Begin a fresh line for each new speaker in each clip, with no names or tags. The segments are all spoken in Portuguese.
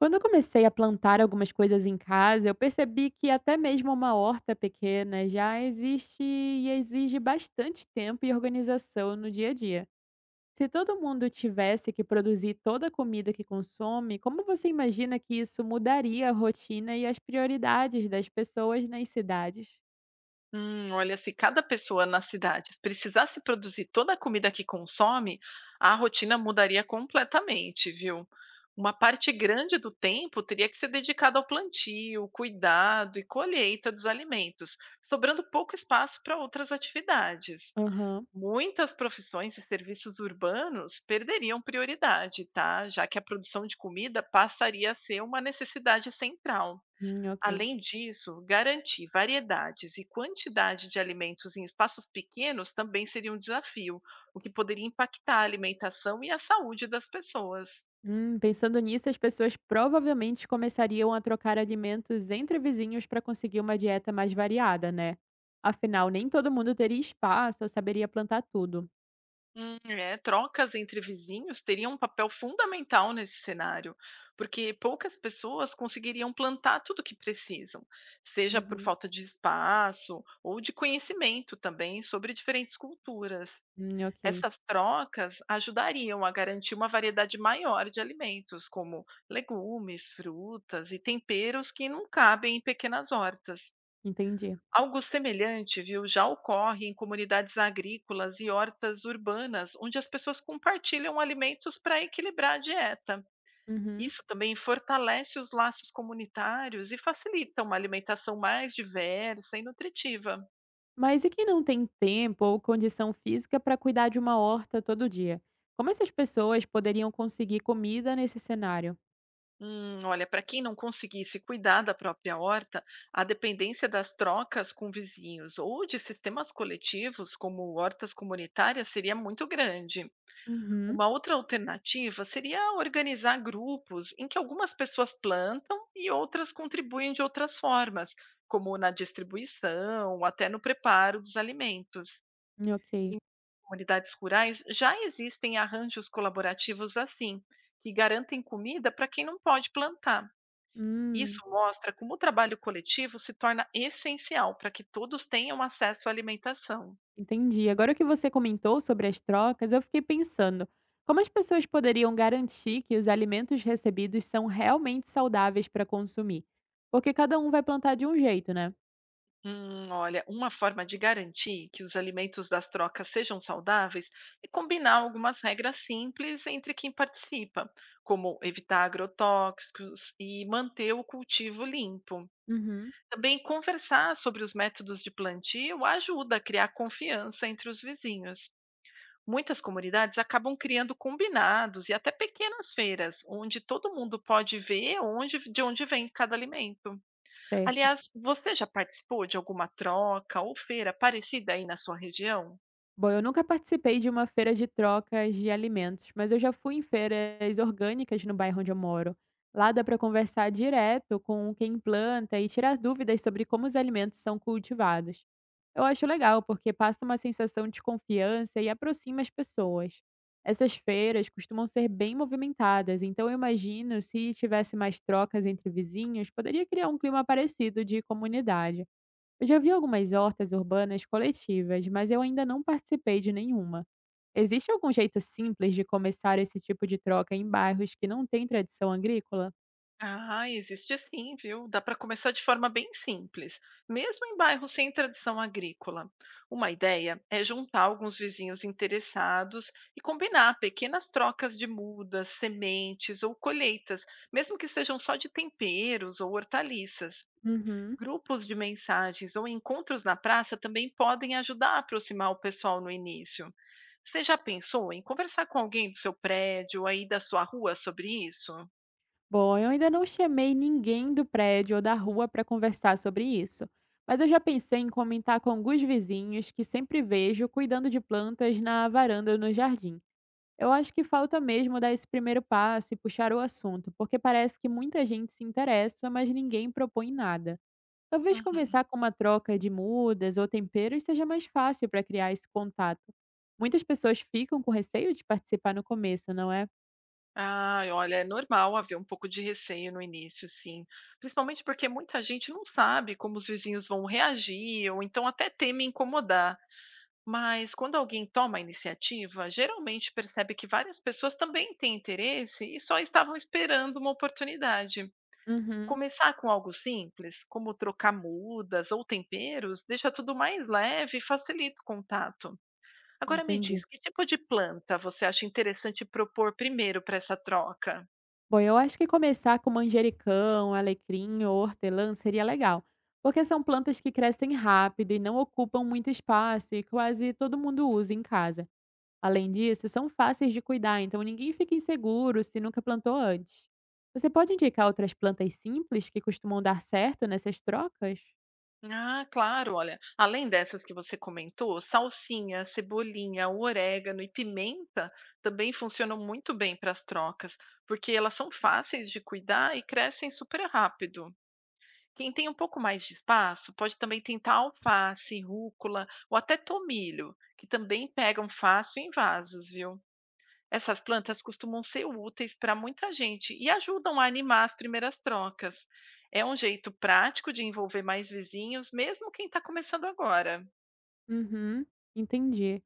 Quando eu comecei a plantar algumas coisas em casa, eu percebi que até mesmo uma horta pequena já existe e exige bastante tempo e organização no dia a dia. Se todo mundo tivesse que produzir toda a comida que consome, como você imagina que isso mudaria a rotina e as prioridades das pessoas nas cidades?
Olha, se cada pessoa nas cidades precisasse produzir toda a comida que consome, a rotina mudaria completamente, viu? Uma parte grande do tempo teria que ser dedicada ao plantio, cuidado e colheita dos alimentos, sobrando pouco espaço para outras atividades.
Aham,
Muitas profissões e serviços urbanos perderiam prioridade, tá? Já que a produção de comida passaria a ser uma necessidade central.
ok.
Além disso, garantir variedades e quantidade de alimentos em espaços pequenos também seria um desafio, o que poderia impactar a alimentação e a saúde das pessoas.
Pensando nisso, as pessoas provavelmente começariam a trocar alimentos entre vizinhos para conseguir uma dieta mais variada, né? Afinal, nem todo mundo teria espaço ou saberia plantar tudo.
É, trocas entre vizinhos teriam um papel fundamental nesse cenário, porque poucas pessoas conseguiriam plantar tudo o que precisam, seja por
Uhum.
falta de espaço ou de conhecimento também sobre diferentes culturas.
Ok,
Essas trocas ajudariam a garantir uma variedade maior de alimentos, como legumes, frutas e temperos que não cabem em pequenas hortas.
entendi.
Algo semelhante, viu, já ocorre em comunidades agrícolas e hortas urbanas, onde as pessoas compartilham alimentos para equilibrar a dieta.
Uhum.
Isso também fortalece os laços comunitários e facilita uma alimentação mais diversa e nutritiva.
Mas e quem não tem tempo ou condição física para cuidar de uma horta todo dia? Como essas pessoas poderiam conseguir comida nesse cenário?
Olha, para quem não conseguisse cuidar da própria horta, a dependência das trocas com vizinhos ou de sistemas coletivos, como hortas comunitárias, seria muito grande.
Uhum.
Uma outra alternativa seria organizar grupos em que algumas pessoas plantam e outras contribuem de outras formas, como na distribuição ou até no preparo dos alimentos. Em
Ok.
comunidades rurais já existem arranjos colaborativos assim, que garantem comida para quem não pode plantar. Isso
Hum.
mostra como o trabalho coletivo se torna essencial para que todos tenham acesso à alimentação.
Entendi. Agora que você comentou sobre as trocas, eu fiquei pensando, como as pessoas poderiam garantir que os alimentos recebidos são realmente saudáveis para consumir? Porque cada um vai plantar de um jeito, né?
Olha, uma forma de garantir que os alimentos das trocas sejam saudáveis é combinar algumas regras simples entre quem participa, como evitar agrotóxicos e manter o cultivo limpo.
Uhum.
Também conversar sobre os métodos de plantio ajuda a criar confiança entre os vizinhos. Muitas comunidades acabam criando combinados e até pequenas feiras, onde todo mundo pode ver de onde vem cada alimento.
Certo.
Aliás, você já participou de alguma troca ou feira parecida aí na sua região?
Bom, eu nunca participei de uma feira de trocas de alimentos, mas eu já fui em feiras orgânicas no bairro onde eu moro. Lá dá para conversar direto com quem planta e tirar dúvidas sobre como os alimentos são cultivados. Eu acho legal porque passa uma sensação de confiança e aproxima as pessoas. Essas feiras costumam ser bem movimentadas, então eu imagino se tivesse mais trocas entre vizinhos, poderia criar um clima parecido de comunidade. Eu já vi algumas hortas urbanas coletivas, mas eu ainda não participei de nenhuma. Existe algum jeito simples de começar esse tipo de troca em bairros que não têm tradição agrícola?
Ah, existe sim, viu? Dá para começar de forma bem simples, mesmo em bairros sem tradição agrícola. Uma ideia é juntar alguns vizinhos interessados e combinar pequenas trocas de mudas, sementes ou colheitas, mesmo que sejam só de temperos ou hortaliças.
Uhum.
Grupos de mensagens ou encontros na praça também podem ajudar a aproximar o pessoal no início. Você já pensou em conversar com alguém do seu prédio, aí da sua rua sobre isso?
Bom, eu ainda não chamei ninguém do prédio ou da rua para conversar sobre isso, mas eu já pensei em comentar com alguns vizinhos que sempre vejo cuidando de plantas na varanda ou no jardim. Eu acho que falta mesmo dar esse primeiro passo e puxar o assunto, porque parece que muita gente se interessa, mas ninguém propõe nada. Talvez
Uhum.
começar com uma troca de mudas ou temperos seja mais fácil para criar esse contato. Muitas pessoas ficam com receio de participar no começo, não é?
Ai, olha, é normal haver um pouco de receio no início, sim. Principalmente porque muita gente não sabe como os vizinhos vão reagir, ou então até teme incomodar. Mas quando alguém toma a iniciativa, geralmente percebe que várias pessoas também têm interesse e só estavam esperando uma oportunidade.
Uhum,
Começar com algo simples, como trocar mudas ou temperos, deixa tudo mais leve e facilita o contato. Agora me
entendi.
diz, que tipo de planta você acha interessante propor primeiro para essa troca?
Bom, eu acho que começar com manjericão, alecrim ou hortelã seria legal, porque são plantas que crescem rápido e não ocupam muito espaço e quase todo mundo usa em casa. Além disso, são fáceis de cuidar, então ninguém fica inseguro se nunca plantou antes. Você pode indicar outras plantas simples que costumam dar certo nessas trocas?
Ah, claro, olha, além dessas que você comentou, salsinha, cebolinha, orégano e pimenta também funcionam muito bem para as trocas, porque elas são fáceis de cuidar e crescem super rápido. Quem tem um pouco mais de espaço pode também tentar alface, rúcula ou até tomilho, que também pegam fácil em vasos, viu? Essas plantas costumam ser úteis para muita gente e ajudam a animar as primeiras trocas. É um jeito prático de envolver mais vizinhos, mesmo quem está começando agora.
Uhum, entendi.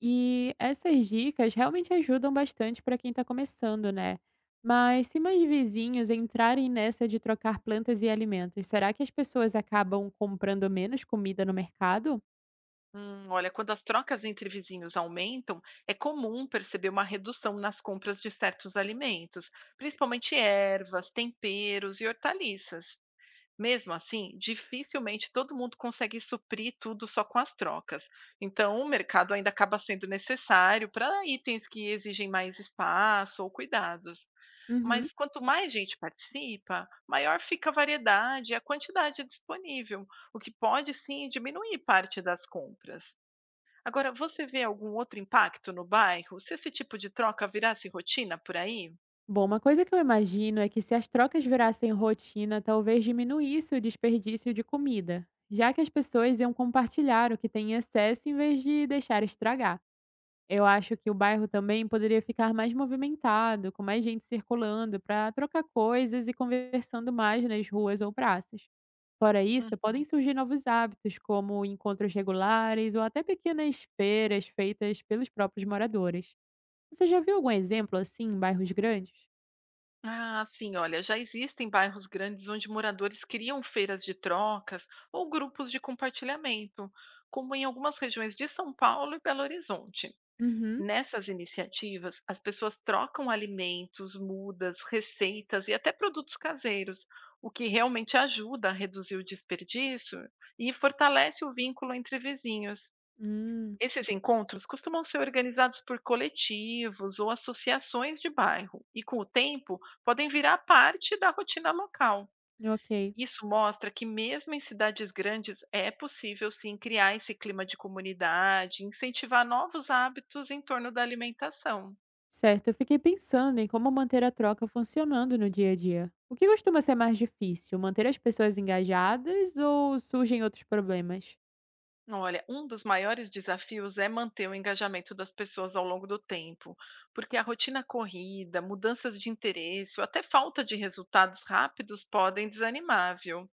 E essas dicas realmente ajudam bastante para quem está começando, né? Mas se mais vizinhos entrarem nessa de trocar plantas e alimentos, será que as pessoas acabam comprando menos comida no mercado?
Olha, quando as trocas entre vizinhos aumentam, é comum perceber uma redução nas compras de certos alimentos, principalmente ervas, temperos e hortaliças. Mesmo assim, dificilmente todo mundo consegue suprir tudo só com as trocas. Então, o mercado ainda acaba sendo necessário para itens que exigem mais espaço ou cuidados.
Uhum.
Mas quanto mais gente participa, maior fica a variedade e a quantidade disponível, o que pode sim diminuir parte das compras. Agora, você vê algum outro impacto no bairro se esse tipo de troca virasse rotina por aí?
Bom, uma coisa que eu imagino é que se as trocas virassem rotina, talvez diminuísse o desperdício de comida, já que as pessoas iam compartilhar o que tem em excesso em vez de deixar estragar. Eu acho que o bairro também poderia ficar mais movimentado, com mais gente circulando para trocar coisas e conversando mais nas ruas ou praças. Fora isso, podem surgir novos hábitos, como encontros regulares ou até pequenas feiras feitas pelos próprios moradores. Você já viu algum exemplo assim em bairros grandes?
Ah, sim, olha, já existem bairros grandes onde moradores criam feiras de trocas ou grupos de compartilhamento, como em algumas regiões de São Paulo e Belo Horizonte.
Uhum.
Nessas iniciativas, as pessoas trocam alimentos, mudas, receitas e até produtos caseiros, o que realmente ajuda a reduzir o desperdício e fortalece o vínculo entre vizinhos.
Hum,
Esses encontros costumam ser organizados por coletivos ou associações de bairro e, com o tempo, podem virar parte da rotina local.
ok.
Isso mostra que, mesmo em cidades grandes, é possível sim criar esse clima de comunidade, incentivar novos hábitos em torno da alimentação.
Certo, eu fiquei pensando em como manter a troca funcionando no dia a dia. O que costuma ser mais difícil, manter as pessoas engajadas ou surgem outros problemas?
Olha, um dos maiores desafios é manter o engajamento das pessoas ao longo do tempo, porque a rotina corrida, mudanças de interesse ou até falta de resultados rápidos podem desanimar, viu?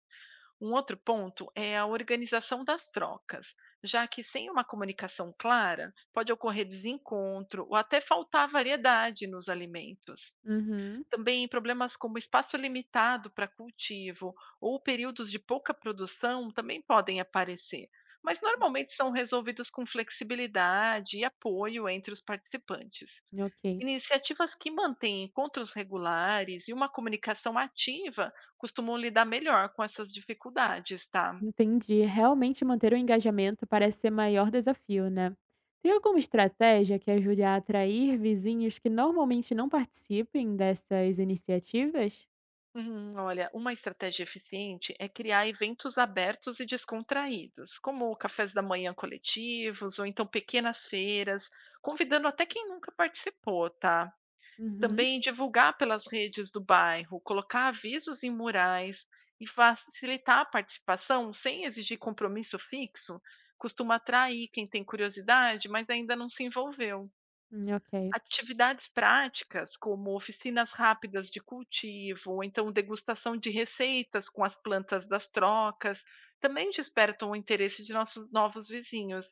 Um outro ponto é a organização das trocas, já que sem uma comunicação clara, pode ocorrer desencontro ou até faltar variedade nos alimentos.
Uhum,
Também problemas como espaço limitado para cultivo ou períodos de pouca produção também podem aparecer, mas normalmente são resolvidos com flexibilidade e apoio entre os participantes.
ok.
Iniciativas que mantêm encontros regulares e uma comunicação ativa costumam lidar melhor com essas dificuldades, tá?
Entendi. Realmente manter o engajamento parece ser maior desafio, né? Tem alguma estratégia que ajude a atrair vizinhos que normalmente não participem dessas iniciativas?
Uhum. Olha, uma estratégia eficiente é criar eventos abertos e descontraídos, como cafés da manhã coletivos ou então pequenas feiras, convidando até quem nunca participou, tá?
Uhum,
Também divulgar pelas redes do bairro, colocar avisos em murais e facilitar a participação sem exigir compromisso fixo, costuma atrair quem tem curiosidade, mas ainda não se envolveu.
ok.
Atividades práticas, como oficinas rápidas de cultivo, ou então degustação de receitas com as plantas das trocas, também despertam o interesse de nossos novos vizinhos.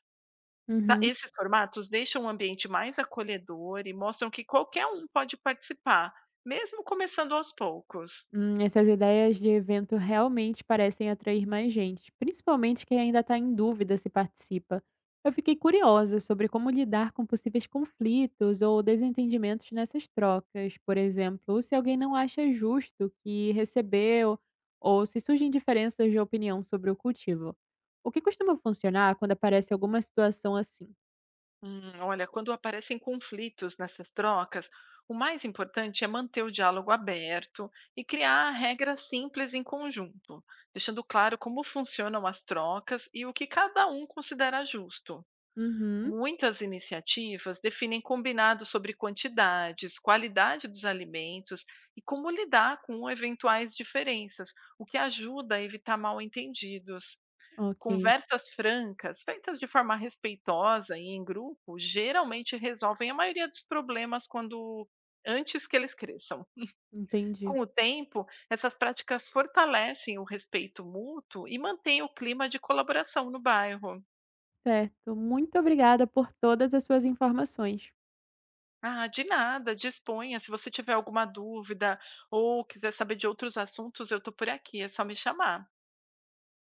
Tá,
Uhum.
esses formatos deixam o ambiente mais acolhedor e mostram que qualquer um pode participar, mesmo começando aos poucos.
Essas ideias de evento realmente parecem atrair mais gente, principalmente quem ainda está em dúvida se participa. Eu fiquei curiosa sobre como lidar com possíveis conflitos ou desentendimentos nessas trocas, por exemplo, se alguém não acha justo que recebeu ou se surgem diferenças de opinião sobre o cultivo. O que costuma funcionar quando aparece alguma situação assim?
Olha, quando aparecem conflitos nessas trocas, o mais importante é manter o diálogo aberto e criar regras simples em conjunto, deixando claro como funcionam as trocas e o que cada um considera justo.
Uhum,
Muitas iniciativas definem combinados sobre quantidades, qualidade dos alimentos e como lidar com eventuais diferenças, o que ajuda a evitar mal-entendidos.
ok,
Conversas francas, feitas de forma respeitosa e em grupo, geralmente resolvem a maioria dos problemas quando antes que eles cresçam.
entendi.
Com o tempo, essas práticas fortalecem o respeito mútuo e mantêm o clima de colaboração no bairro.
Certo, muito obrigada por todas as suas informações.
Ah, de nada, disponha. Se você tiver alguma dúvida ou quiser saber de outros assuntos, eu tô por aqui, é só me chamar.